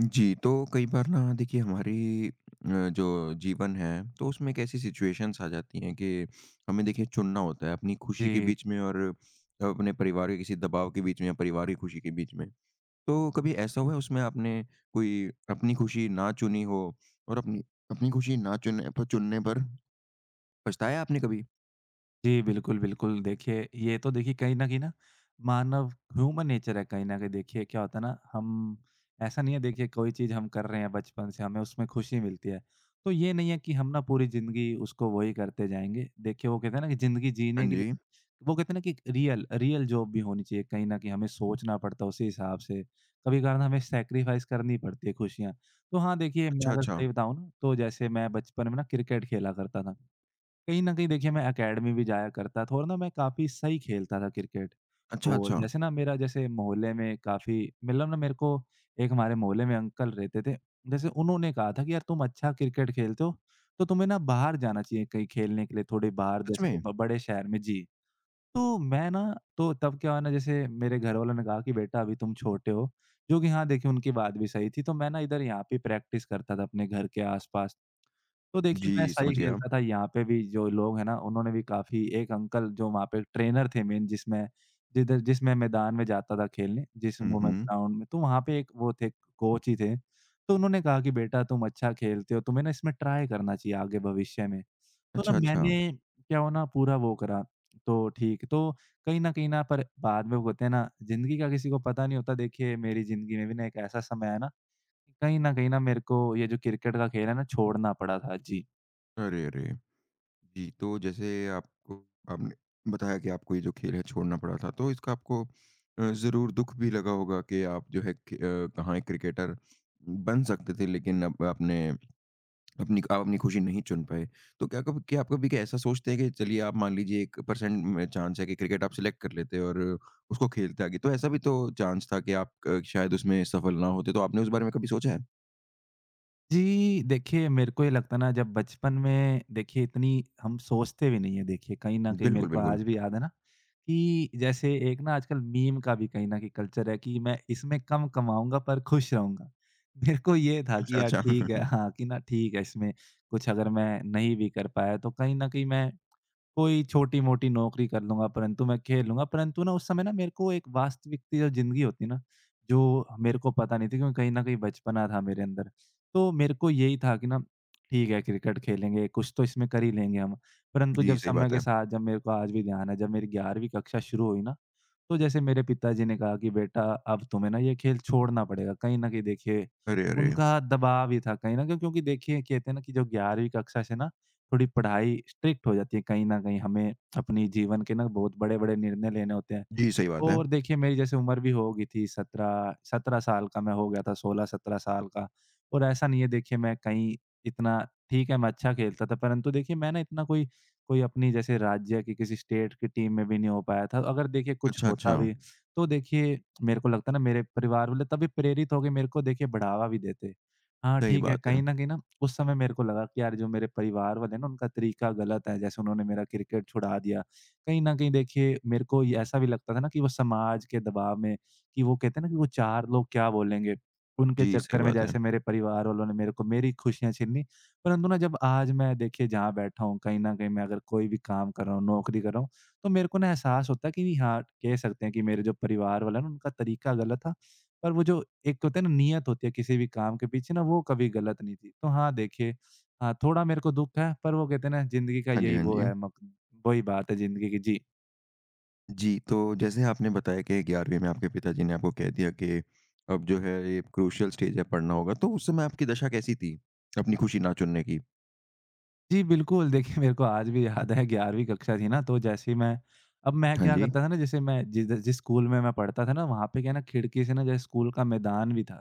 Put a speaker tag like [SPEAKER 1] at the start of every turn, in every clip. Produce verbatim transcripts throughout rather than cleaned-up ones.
[SPEAKER 1] जी, तो कई बार ना देखिए हमारी अ, जो जीवन है तो उसमें एक ऐसी सिचुएशंस आ जाती हैं कि हमें देखिए चुनना होता है अपनी खुशी के
[SPEAKER 2] जी,
[SPEAKER 1] बीच में और अपने परिवार के किसी दबाव के बीच में या परिवार की खुशी के बीच में। तो कभी ऐसा हुआ है उसमें आपने कोई अपनी खुशी ना चुनी हो और अपनी अपनी खुशी ना चुनने पर चुनने पर पछताया आपने कभी?
[SPEAKER 2] जी, बिल्कुल, बिल्कुल। देखिए, ये तो देखिए कहीं न कहीं ना मानव ह्यूमन नेचर है। कहीं न कहीं देखिए क्या होता है ना, हम ऐसा नहीं है। देखिए, कोई चीज़ हम कर रहे हैं बचपन से, हमें उसमें खुशी मिलती है। तो ये नहीं है कि हम ना पूरी ज़िंदगी उसको वही करते जाएँगे। देखिए, वो कहते हैं ना कि ज़िंदगी जीने
[SPEAKER 1] हाँ
[SPEAKER 2] के लिए
[SPEAKER 1] जी।
[SPEAKER 2] वो कहते हैं ना कि रियल रियल जॉब भी होनी चाहिए। कहीं न कहीं हमें सोचना पड़ता है उसी हिसाब से। कभी-कभार ना हमें सैक्रिफ़ाइस करनी पड़ती है, खुशियाँ। तो हाँ, देखिए, मैं
[SPEAKER 1] अच्छा,
[SPEAKER 2] अगर
[SPEAKER 1] अच्छा।
[SPEAKER 2] सही बताऊँ ना, तो जैसे मैं बचपन में ना क्रिकेट खेला करता था। कहीं न कहीं देखिए मैं अकेडमी भी जाया करता था, और ना मैं काफ़ी सही खेलता था क्रिकेट।
[SPEAKER 1] अच्छा,
[SPEAKER 2] और
[SPEAKER 1] अच्छा।
[SPEAKER 2] जैसे ना मेरा जैसे मोहल्ले में काफ़ी मतलब ना मेरे को एक हमारे मोहल्ले में अंकल रहते थे। जैसे उन्होंने कहा था कि यार, तुम अच्छा क्रिकेट खेलते हो, तो तुम्हें ना बाहर जाना चाहिए कहीं खेलने के लिए, थोड़ी बाहर
[SPEAKER 1] सच
[SPEAKER 2] जैसे
[SPEAKER 1] में?
[SPEAKER 2] ब बड़े शहर में। जी। तो मैं ना तो तब क्या हुआ ना, जैसे मेरे घर वालों ने कहा कि बेटा, अभी तुम छोटे हो, जो कि हाँ देखिए उनकी बात भी सही थी। तो मैं ना इधर यहाँ पे प्रैक्टिस करता था अपने घर के आस-पास। तो देखिए, मैं
[SPEAKER 1] जी,
[SPEAKER 2] सही
[SPEAKER 1] समझ गया।
[SPEAKER 2] खेलता था, यहाँ पे भी जो लोग हैं ना, उन्होंने भी काफ़ी, एक अंकल जो वहाँ पे ट्रेनर थे मेन, जिसमें जिधर जिसमें मैदान में जाता था खेलने, जिस
[SPEAKER 1] हुँ,
[SPEAKER 2] वो मैं
[SPEAKER 1] हुँ।
[SPEAKER 2] ग्राउंड में, तो वहाँ पे एक वो थे, कोच ही थे। तो उन्होंने कहा कि, "बेटा, तुम अच्छा खेलते हो, तुम्हें ना इसमें ट्राई करना चाहिए आगे भविष्य में।" तो ना
[SPEAKER 1] अच्छा, अच्छा।
[SPEAKER 2] मैंने क्या हुआ ना, पूरा वो करा, तो ठीक, तो कहीं न कहीं ना, पर बाद में वो होते हैं ना, ज़िंदगी का किसी को पता नहीं होता। देखिए, मेरी ज़िंदगी में भी ना एक ऐसा समय आया ना, कहीं न कहीं ना मेरे को ये जो क्रिकेट का खेल है ना, छोड़ना पड़ा था। जी।
[SPEAKER 1] अरे, अरे! जी, तो जैसे आपको आपने बताया कि आपको ये जो खेल है छोड़ना पड़ा था, तो इसका आपको अ, ज़रूर दुःख भी लगा होगा कि आप जो है क अ, कहाँ एक क्रिकेटर बन सकते थे लेकिन अब आपने अपनी आप अपनी खुशी नहीं चुन पाए। तो क्या कब क्या आप कभी क्या ऐसा सोचते हैं कि चलिए आप मान लीजिए एक प्रतिशत में चांस है कि क्रिकेट आप सिलेक्ट कर लेते और उसको खेलते आगे, तो ऐसा भी तो चांस था कि आप क शायद उसमें सफल ना होते, तो आपने उस बारे में कभी सोचा है?
[SPEAKER 2] जी, देखिए मेरे को ये लगता है ना, जब बचपन में देखिए इतनी हम सोचते भी नहीं है। देखिए, कहीं न कहीं मेरे
[SPEAKER 1] बिल्कुल,
[SPEAKER 2] को
[SPEAKER 1] बिल्कुल।
[SPEAKER 2] आज भी याद है ना, कि जैसे एक ना आजकल मीम का भी कहीं न कहीं कल्चर है, कि मैं इसमें कम कमाऊँगा पर खुश रहूँगा। मेरे को ये था
[SPEAKER 1] अच्छा,
[SPEAKER 2] कि यार,
[SPEAKER 1] अच्छा।
[SPEAKER 2] ठीक है हाँ, कि ना ठीक है, इसमें कुछ अगर मैं नहीं भी कर पाया, तो कहीं न कहीं मैं कोई छोटी-मोटी नौकरी कर लूँगा, परंतु मैं खेल लूँगा। परंतु ना उस समय ना मेरे को एक वास्तविकता जो ज़िंदगी होती है ना, जो मेरे को पता नहीं थी, क्योंकि कहीं न कहीं बचपना था मेरे अंदर। तो मेरे को यही था कि ना ठीक है, क्रिकेट खेलेंगे, कुछ तो इसमें कर ही लेंगे हम। परंतु जब
[SPEAKER 1] जी, सही
[SPEAKER 2] समय
[SPEAKER 1] बात
[SPEAKER 2] के
[SPEAKER 1] है।
[SPEAKER 2] साथ, जब मेरे को आज भी ध्यान है, जब मेरी ग्यारहवीं कक्षा शुरू हुई ना, तो जैसे मेरे पिताजी ने कहा कि बेटा, अब तुम्हें ना ये खेल छोड़ना पड़ेगा। कहीं न कहीं देखिए
[SPEAKER 1] अरे, अरे!
[SPEAKER 2] उनका दबाव ही था कहीं न कहीं, क्योंकि देखिए कहते हैं ना कि जो ग्यारहवीं कक्षा से ना थोड़ी पढ़ाई स्ट्रिक्ट हो जाती है कहीं न कहीं। हमें अपनी जीवन के ना बहुत बड़े-बड़े निर्णय लेने होते हैं।
[SPEAKER 1] जी, सही बात है।
[SPEAKER 2] और देखिए मेरी जैसे उम्र भी हो गई थी, सत्रह सत्रह साल का मैं हो गया था, सोलह सत्रह साल का। और ऐसा नहीं है, देखिए मैं कहीं इतना, ठीक है मैं अच्छा खेलता था, परंतु देखिए मैं ना इतना कोई कोई अपनी जैसे राज्य की, किसी स्टेट की टीम में भी नहीं हो पाया था। अगर देखिए कुछ
[SPEAKER 1] अच्छा,
[SPEAKER 2] होता
[SPEAKER 1] अच्छा।
[SPEAKER 2] भी, तो देखिए मेरे को लगता है ना मेरे परिवार वाले तभी प्रेरित हो के मेरे को देखिए बढ़ावा भी देते। हाँ,
[SPEAKER 1] सही
[SPEAKER 2] ठीक है,
[SPEAKER 1] बात है।
[SPEAKER 2] कहीं न कहीं ना उस समय मेरे को लगा कि यार, जो मेरे परिवार वाले हैं ना, उनका तरीका गलत है, जैसे उन्होंने मेरा क्रिकेट छुड़ा दिया। कहीं न कहीं देखिए मेरे को ये ऐसा भी लगता था ना कि वो समाज के दबाव में, कि वो कहते हैं ना कि वो चार लोग क्या बोलेंगे? उनके
[SPEAKER 1] जी, सही
[SPEAKER 2] चक्कर में
[SPEAKER 1] बात है।
[SPEAKER 2] जैसे मेरे परिवार वालों ने मेरे को मेरी खुशियाँ छीन ली। परंतु ना जब आज मैं देखिए जहाँ बैठा हूँ, कहीं न कहीं मैं अगर कोई भी काम कर रहा हूँ, नौकरी कर रहा हूँ, तो मेरे को ना एहसास होता है कि हाँ, कह सकते हैं कि मेरे जो परिवार वाला है ना, उनका तरीका गलत था। पर वो जो एक होता है ना, नियत होती है किसी भी काम के पीछे ना, वो कभी गलत नहीं थी। तो हाँ, देखिए, हाँ, थोड़ा मेरे को दुःख है, पर वो कहते हैं ना, ज़िंदगी का
[SPEAKER 1] हाँ जी,
[SPEAKER 2] यही
[SPEAKER 1] हाँ
[SPEAKER 2] वो
[SPEAKER 1] जी।
[SPEAKER 2] है, मक वही बात है ज़िंदगी की। जी।
[SPEAKER 1] जी, तो जैसे आपने बताया कि ग्यारहवीं में आपके पिताजी ने आपको कह दिया कि अब जो है ये क्रूशियल स्टेज है, पढ़ना होगा, तो उस समय आपकी दशा कैसी थी? अपनी खुशी ना चुनने की?
[SPEAKER 2] जी, बिल्कुल देखिए मेरे को आज भी याद है, ग्यारहवीं कक्षा थी ना, तो जैसे ही मैं अब मैं
[SPEAKER 1] हाँ
[SPEAKER 2] क्या
[SPEAKER 1] जी।
[SPEAKER 2] करता था ना, जैसे मैं जिस जिस स्कूल में मैं पढ़ता था ना, वहाँ पे क्या है ना, खिड़की से ना, जैसे स्कूल का मैदान भी था।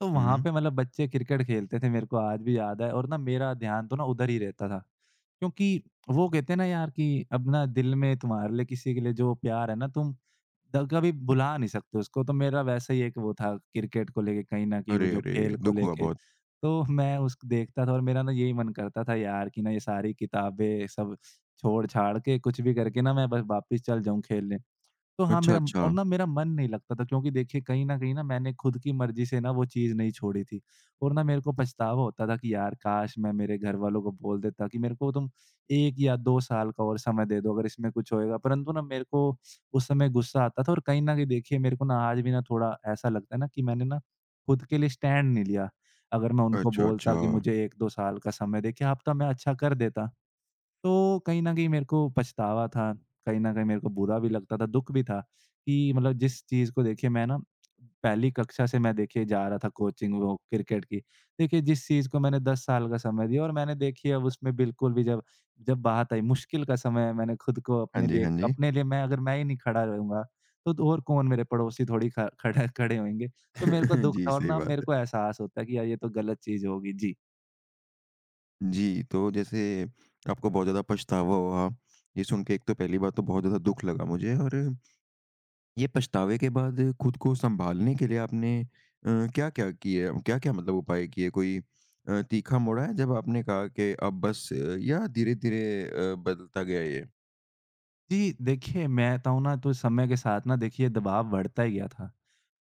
[SPEAKER 2] तो वहाँ
[SPEAKER 1] हुँ।
[SPEAKER 2] पे मतलब बच्चे क्रिकेट खेलते थे, मेरे को आज भी याद है, और ना मेरा ध्यान तो ना उधर ही रहता था। क्योंकि वो कहते हैं ना यार कि अब ना दिल में तुम्हारे लिए, किसी के लिए जो प्यार है ना, तुम द कभी भुला नहीं सकते उसको। तो मेरा वैसा ही एक वो था क्रिकेट को लेके, कहीं न कहीं वो
[SPEAKER 1] अरे,
[SPEAKER 2] जो
[SPEAKER 1] अरे!
[SPEAKER 2] खेल को
[SPEAKER 1] दुःख हुआ
[SPEAKER 2] लेके।
[SPEAKER 1] बहुत।
[SPEAKER 2] तो मैं उस देखता था, और मेरा ना यही मन करता था यार कि ना, ये सारी किताबें सब छोड़-छाड़ के कुछ भी करके ना, मैं बस वापिस चल जाऊँ खेलने। तो हाँ,
[SPEAKER 1] अच्छा,
[SPEAKER 2] मेरा,
[SPEAKER 1] अच्छा।
[SPEAKER 2] और ना मेरा मन नहीं लगता था, क्योंकि देखिए कहीं न कहीं ना मैंने खुद की मर्ज़ी से ना वो चीज़ नहीं छोड़ी थी, और ना मेरे को पछतावा होता था कि यार, काश मैं मेरे घरवालों को बोल देता कि मेरे को तुम एक या दो साल का और समय दे दो, अगर इसमें कुछ होएगा। परंतु ना मेरे को उस समय गुस्सा आता था, और कहीं न कहीं देखिए मेरे को ना आज भी ना थोड़ा ऐसा लगता है ना, कि मैंने ना खुद के लिए स्टैंड नहीं लिया। अगर मैं उनको
[SPEAKER 1] अच्छा,
[SPEAKER 2] बोलता
[SPEAKER 1] अच्छा।
[SPEAKER 2] कि मुझे एक दो साल का समय दें, क्या पता मैं अच्छा कर देता। तो कहीं न कहीं मेरे को पछतावा था, कहीं न कहीं मेरे को बुरा भी लगता था, दुःख भी था, कि मतलब जिस चीज़ को देखिए मैं ना पहली कक्षा से मैं देखिए जा रहा था कोचिंग, वो क्रिकेट की। देखिए जिस चीज़ को मैंने दस साल का समय दिया, और मैंने देखिए अब उसमें बिल्कुल भी, जब जब बात आई मुश्किल का समय, मैंने खुद को
[SPEAKER 1] हाँ
[SPEAKER 2] अपने
[SPEAKER 1] जी,
[SPEAKER 2] लिए
[SPEAKER 1] हाँ जी।
[SPEAKER 2] अपने लिए मैं अगर मैं ही नहीं खड़ा रहूँगा, तो तो और कौन, मेरे पड़ोसी थोड़ी ख खड़ा, खड़े खड़े होंगे। तो मेरे को दुःख
[SPEAKER 1] जी,
[SPEAKER 2] था, और
[SPEAKER 1] सही
[SPEAKER 2] ना
[SPEAKER 1] बात
[SPEAKER 2] मेरे
[SPEAKER 1] है।
[SPEAKER 2] को एहसास होता है कि यार, ये तो गलत चीज़ होगी। जी।
[SPEAKER 1] जी, तो जैसे आपको बहुत ज़्यादा पछतावा हुआ, ये सुन के एक तो पहली बात तो बहुत ज़्यादा दुःख लगा मुझे और ये पछतावे के बाद खुद को सँभालने के लिए आपने अ, क्या-क्या किए? क्या-क्या मतलब उपाय किए? कोई अ, तीखा मोड़ आया जब आपने कहा कि अब बस अ, या धीरे-धीरे अ, बदलता गया ये?
[SPEAKER 2] जी, देखिए मैं बताऊँ ना, तो समय के साथ ना देखिए दबाव बढ़ता ही गया था।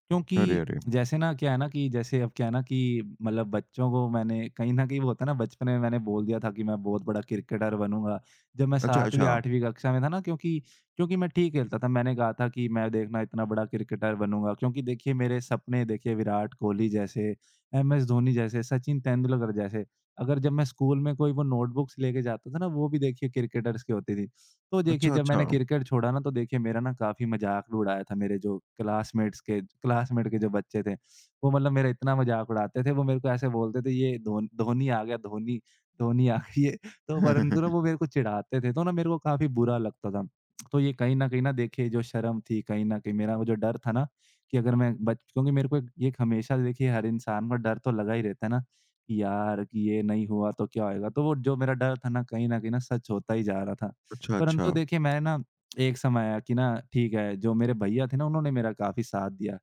[SPEAKER 2] क्योंकि
[SPEAKER 1] अरे, अरे!
[SPEAKER 2] जैसे ना क्या है ना कि, जैसे अब क्या है ना कि, मतलब बच्चों को मैंने, कहीं न कहीं वो होता है ना, बचपन में मैंने बोल दिया था कि मैं बहुत बड़ा क्रिकेटर बनूँगा, जब मैं
[SPEAKER 1] अच्छा,
[SPEAKER 2] 7वीं
[SPEAKER 1] अच्छा।
[SPEAKER 2] 8वीं कक्षा में था ना, क्योंकि क्योंकि मैं ठीक खेलता था। मैंने कहा था कि मैं देखना इतना बड़ा क्रिकेटर बनूँगा, क्योंकि देखिए मेरे सपने देखिए विराट कोहली जैसे, एमएस धोनी जैसे, सचिन तेंदुलकर जैसे। अगर जब मैं स्कूल में कोई वो नोटबुक्स लेके जाता था ना, वो भी देखिए क्रिकेटर्स की होती थी। तो देखिए
[SPEAKER 1] अच्छा,
[SPEAKER 2] जब
[SPEAKER 1] अच्छा।
[SPEAKER 2] मैंने क्रिकेट छोड़ा ना, तो देखिए मेरा ना काफ़ी मज़ाक भी उड़ाया था, मेरे जो क्लासमेट्स के क्लासमेट के जो बच्चे थे, वो मतलब मेरा इतना मज़ाक उड़ाते थे, वो मेरे को ऐसे बोलते थे, ये धोन धोनी आ गया, धोनी, धोनी आ गई है। तो परंतु ना वो मेरे को चिढ़ाते थे, तो ना मेरे को काफ़ी बुरा लगता था। तो ये कहीं न कहीं ना, देखिए जो शर्म थी कहीं न कहीं, मेरा वो जो डर था ना, कि अगर मैं बच क्योंकि मेरे को एक- ये एक, हमेशा देखिए हर इंसान को डर तो लगा ही रहता है ना, कि यार, कि ये नहीं हुआ तो क्या होएगा? तो वो जो मेरा डर था ना, कहीं न कहीं ना सच होता ही जा रहा था।
[SPEAKER 1] अच्छा,
[SPEAKER 2] परंतु
[SPEAKER 1] अच्छा।
[SPEAKER 2] देखिए मैं ना, एक समय आया कि ना ठीक है, जो मेरे भैया थे ना, उन्होंने मेरा काफ़ी साथ दिया।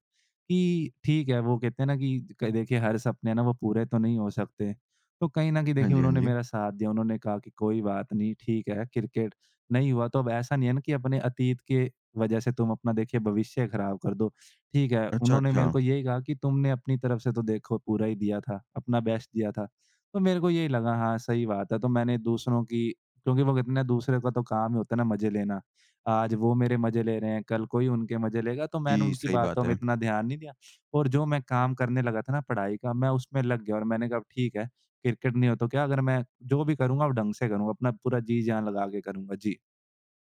[SPEAKER 2] कि ठीक है, वो कहते हैं ना कि क देखिए, हर सपने ना वो पूरे तो नहीं हो सकते। तो कहीं न कहीं
[SPEAKER 1] हाँ
[SPEAKER 2] देखिए
[SPEAKER 1] जी, हाँ
[SPEAKER 2] उन्होंने
[SPEAKER 1] जी।
[SPEAKER 2] मेरा साथ दिया, उन्होंने कहा कि कोई बात नहीं, ठीक है, क्रिकेट नहीं हुआ तो अब ऐसा नहीं है ना कि अपने अतीत के वजह से तुम अपना देखिए भविष्य खराब कर दो। ठीक है,
[SPEAKER 1] अच्छा,
[SPEAKER 2] उन्होंने मेरे
[SPEAKER 1] अच्छा।
[SPEAKER 2] को यही कहा कि तुमने अपनी तरफ से तो देखो पूरा ही दिया था, अपना बेस्ट दिया था। तो मेरे को यही लगा, हाँ, सही बात है, तो मैंने दूसरों की, क्योंकि वो कहते हैं ना, दूसरे का तो काम ही होता है ना मज़े लेना। आज वो मेरे मज़े ले रहे हैं, कल कोई उनके मज़े लेगा, तो मैंने
[SPEAKER 1] जी,
[SPEAKER 2] उनकी
[SPEAKER 1] सही
[SPEAKER 2] बातों
[SPEAKER 1] बात
[SPEAKER 2] में
[SPEAKER 1] है।
[SPEAKER 2] इतना ध्यान नहीं दिया, और जो मैं काम करने लगा था ना पढ़ाई का, मैं उसमें लग गया और मैंने कहा अब ठीक है, क्रिकेट नहीं हो तो क्या, अगर मैं जो भी करूँगा, अब ढंग से करूँगा, अपना पूरा जी-जान लगा के करूँगा। जी।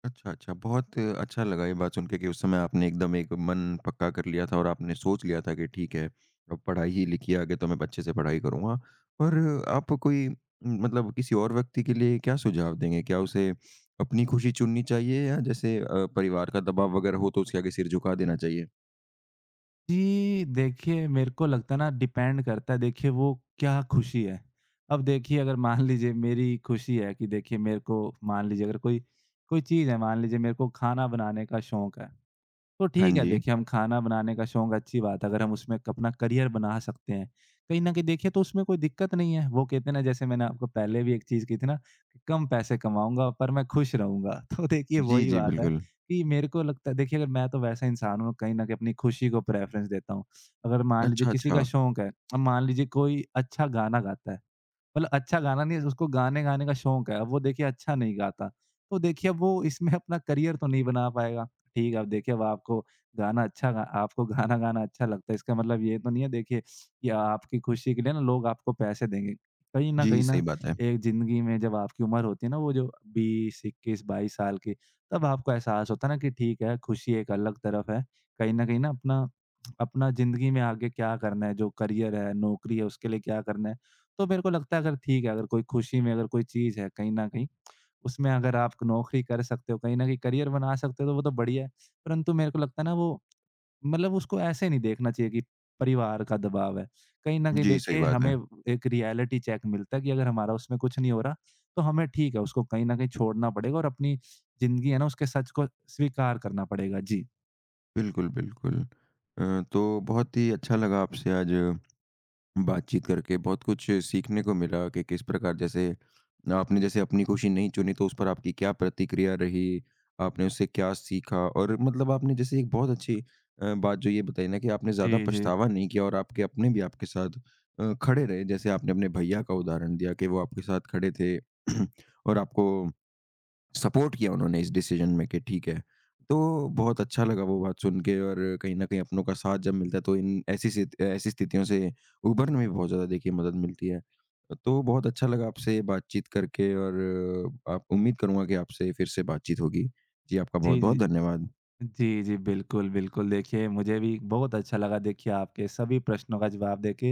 [SPEAKER 1] अच्छा, अच्छा। बहुत अच्छा लगा ये बात सुन के कि उस समय आपने एकदम एक मन पक्का कर लिया था और आपने सोच लिया था कि ठीक है, अब पढ़ाई ही लिखी है, आगे तो मैं अच्छे से पढ़ाई करूँगा। और आप कोई मतलब किसी और व्यक्ति के लिए क्या सुझाव देंगे? क्या उसे अपनी खुशी चुननी चाहिए या जैसे अ, परिवार का दबाव वगैरह हो तो उसके आगे सिर झुका देना चाहिए?
[SPEAKER 2] जी, देखिए मेरे को लगता है ना, डिपेंड करता है देखिए वो क्या खुशी है। अब देखिए, अगर मान लीजिए मेरी खुशी है कि देखिए मेरे को, मान लीजिए, अगर कोई कोई चीज़ है, मान लीजिए मेरे को खाना बनाने का शौक है। तो
[SPEAKER 1] हाँ
[SPEAKER 2] ठीक है,
[SPEAKER 1] जी।
[SPEAKER 2] देखिए हम खाना बनाने का शौक अच्छी बात है, अगर हम उसमें क अपना करियर बना सकते हैं। कहीं न कहीं देखिए तो उसमें कोई दिक्कत नहीं है। वो कहते हैं ना, जैसे मैंने आपको पहले भी एक चीज़ कही थी ना कि कम पैसे कमाऊँगा पर मैं खुश रहूँगा। तो देखिए
[SPEAKER 1] जी,
[SPEAKER 2] वही
[SPEAKER 1] जी,
[SPEAKER 2] बात है
[SPEAKER 1] बिल्कुल।
[SPEAKER 2] कि मेरे को लगता है देखिए, अगर मैं तो वैसा इंसान हूँ, कहीं न कहीं अपनी खुशी को प्रेफ़रेंस देता हूँ। अगर मान लीजिए
[SPEAKER 1] अच्छा,
[SPEAKER 2] किसी का
[SPEAKER 1] अच्छा।
[SPEAKER 2] शौक है, अब मान लीजिए कोई अच्छा गाना गाता है। मतलब अच्छा गाना नहीं, उसको गाने गाने का शौक है। अब वो देखिए अच्छा नहीं गाता। तो देखिए अब वो इसमें अपना करियर तो नहीं बना पाएगा। ठीक है, अब देखिए, अब आपको गाना अच्छा गा आपको गाना गाना अच्छा लगता है। इसका मतलब ये तो नहीं है देखिए कि आपकी खुशी के लिए ना लोग आपको पैसे देंगे। कहीं न
[SPEAKER 1] जी,
[SPEAKER 2] कहीं ना,
[SPEAKER 1] सही बात है।
[SPEAKER 2] एक ज़िंदगी में जब आपकी उम्र होती है ना, वो जो बीस, इक्कीस, बाईस साल की, तब आपको एहसास होता है ना कि ठीक है, खुशी एक अलग तरफ है। कहीं न कहीं ना अपना अपना ज़िंदगी में आगे क्या करना है, जो करियर है, नौकरी है, उसके लिए क्या करना है। तो मेरे को लगता है, अगर ठीक है, अगर कोई खुशी में अगर कोई चीज़ है कहीं न कहीं, उसमें अगर आप नौकरी कर सकते हो, कहीं न कहीं करियर बना सकते हो, तो वो तो बढ़िया है। परंतु मेरे को लगता है ना, वो मतलब उसको ऐसे नहीं देखना चाहिए कि परिवार का दबाव है। कहीं न कहीं
[SPEAKER 1] जी, सही
[SPEAKER 2] देखिए
[SPEAKER 1] बात
[SPEAKER 2] हमें
[SPEAKER 1] है।
[SPEAKER 2] एक रियलिटी चेक मिलता है कि अगर हमारा उसमें कुछ नहीं हो रहा, तो हमें ठीक है उसको कहीं न कहीं छोड़ना पड़ेगा, और अपनी ज़िंदगी है ना, उसके सच को स्वीकार करना पड़ेगा। जी।
[SPEAKER 1] बिल्कुल, बिल्कुल। अ, तो बहुत ही अच्छा लगा आपसे आज बातचीत करके बहुत कुछ सीखने को मिला कि किस प्रकार जैसे आपने जैसे अपनी खुशी नहीं चुनी तो उस पर आपकी क्या प्रतिक्रिया रही, आपने उससे क्या सीखा और मतलब आपने जैसे एक बहुत अच्छी अ, बात जो ये बताई ना कि आपने ज़्यादा
[SPEAKER 2] जी, जी।
[SPEAKER 1] पछतावा नहीं किया और आपके अपने भी आपके साथ अ, खड़े रहे। जैसे आपने अपने भैया का उदाहरण दिया कि वो आपके साथ खड़े थे और आपको सपोर्ट किया उन्होंने इस डिसीजन में कि ठीक है। तो बहुत अच्छा लगा वो बात सुन के और कहीं न कहीं अपनों का साथ जब मिलता है तो इन ऐसी सित ऐसी स्थितियों से उभरने में भी बहुत ज़्यादा देखिए मदद मिलती है। तो बहुत अच्छा लगा आपसे बातचीत करके और आप उम्मीद करूँगा कि आपसे फिर से बातचीत होगी। जी, आपका
[SPEAKER 2] जी,
[SPEAKER 1] बहुत-बहुत
[SPEAKER 2] जी।
[SPEAKER 1] धन्यवाद।
[SPEAKER 2] जी, जी। बिल्कुल, बिल्कुल। देखिए, मुझे भी बहुत अच्छा लगा देखिए आपके सभी प्रश्नों का जवाब देके।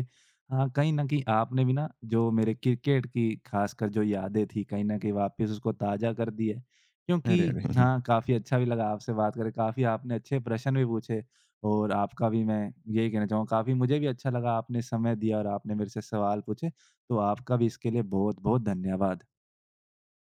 [SPEAKER 2] हाँ, कहीं न कहीं आपने भी ना जो मेरे क्रिकेट की ख़ासकर जो यादें थी, कहीं न कहीं वापस उसको ताज़ा कर दी है। क्योंकि
[SPEAKER 1] अरे! अरे!
[SPEAKER 2] हाँ, काफ़ी अच्छा भी लगा आपसे बात करके, काफ़ी आपने अच्छे प्रश्न भी पूछे, और आपका भी मैं यही कहना चाहूँगा, काफ़ी मुझे भी अच्छा लगा आपने समय दिया और आपने मेरे से सवाल पूछे। तो आपका भी इसके लिए बहुत-बहुत धन्यवाद।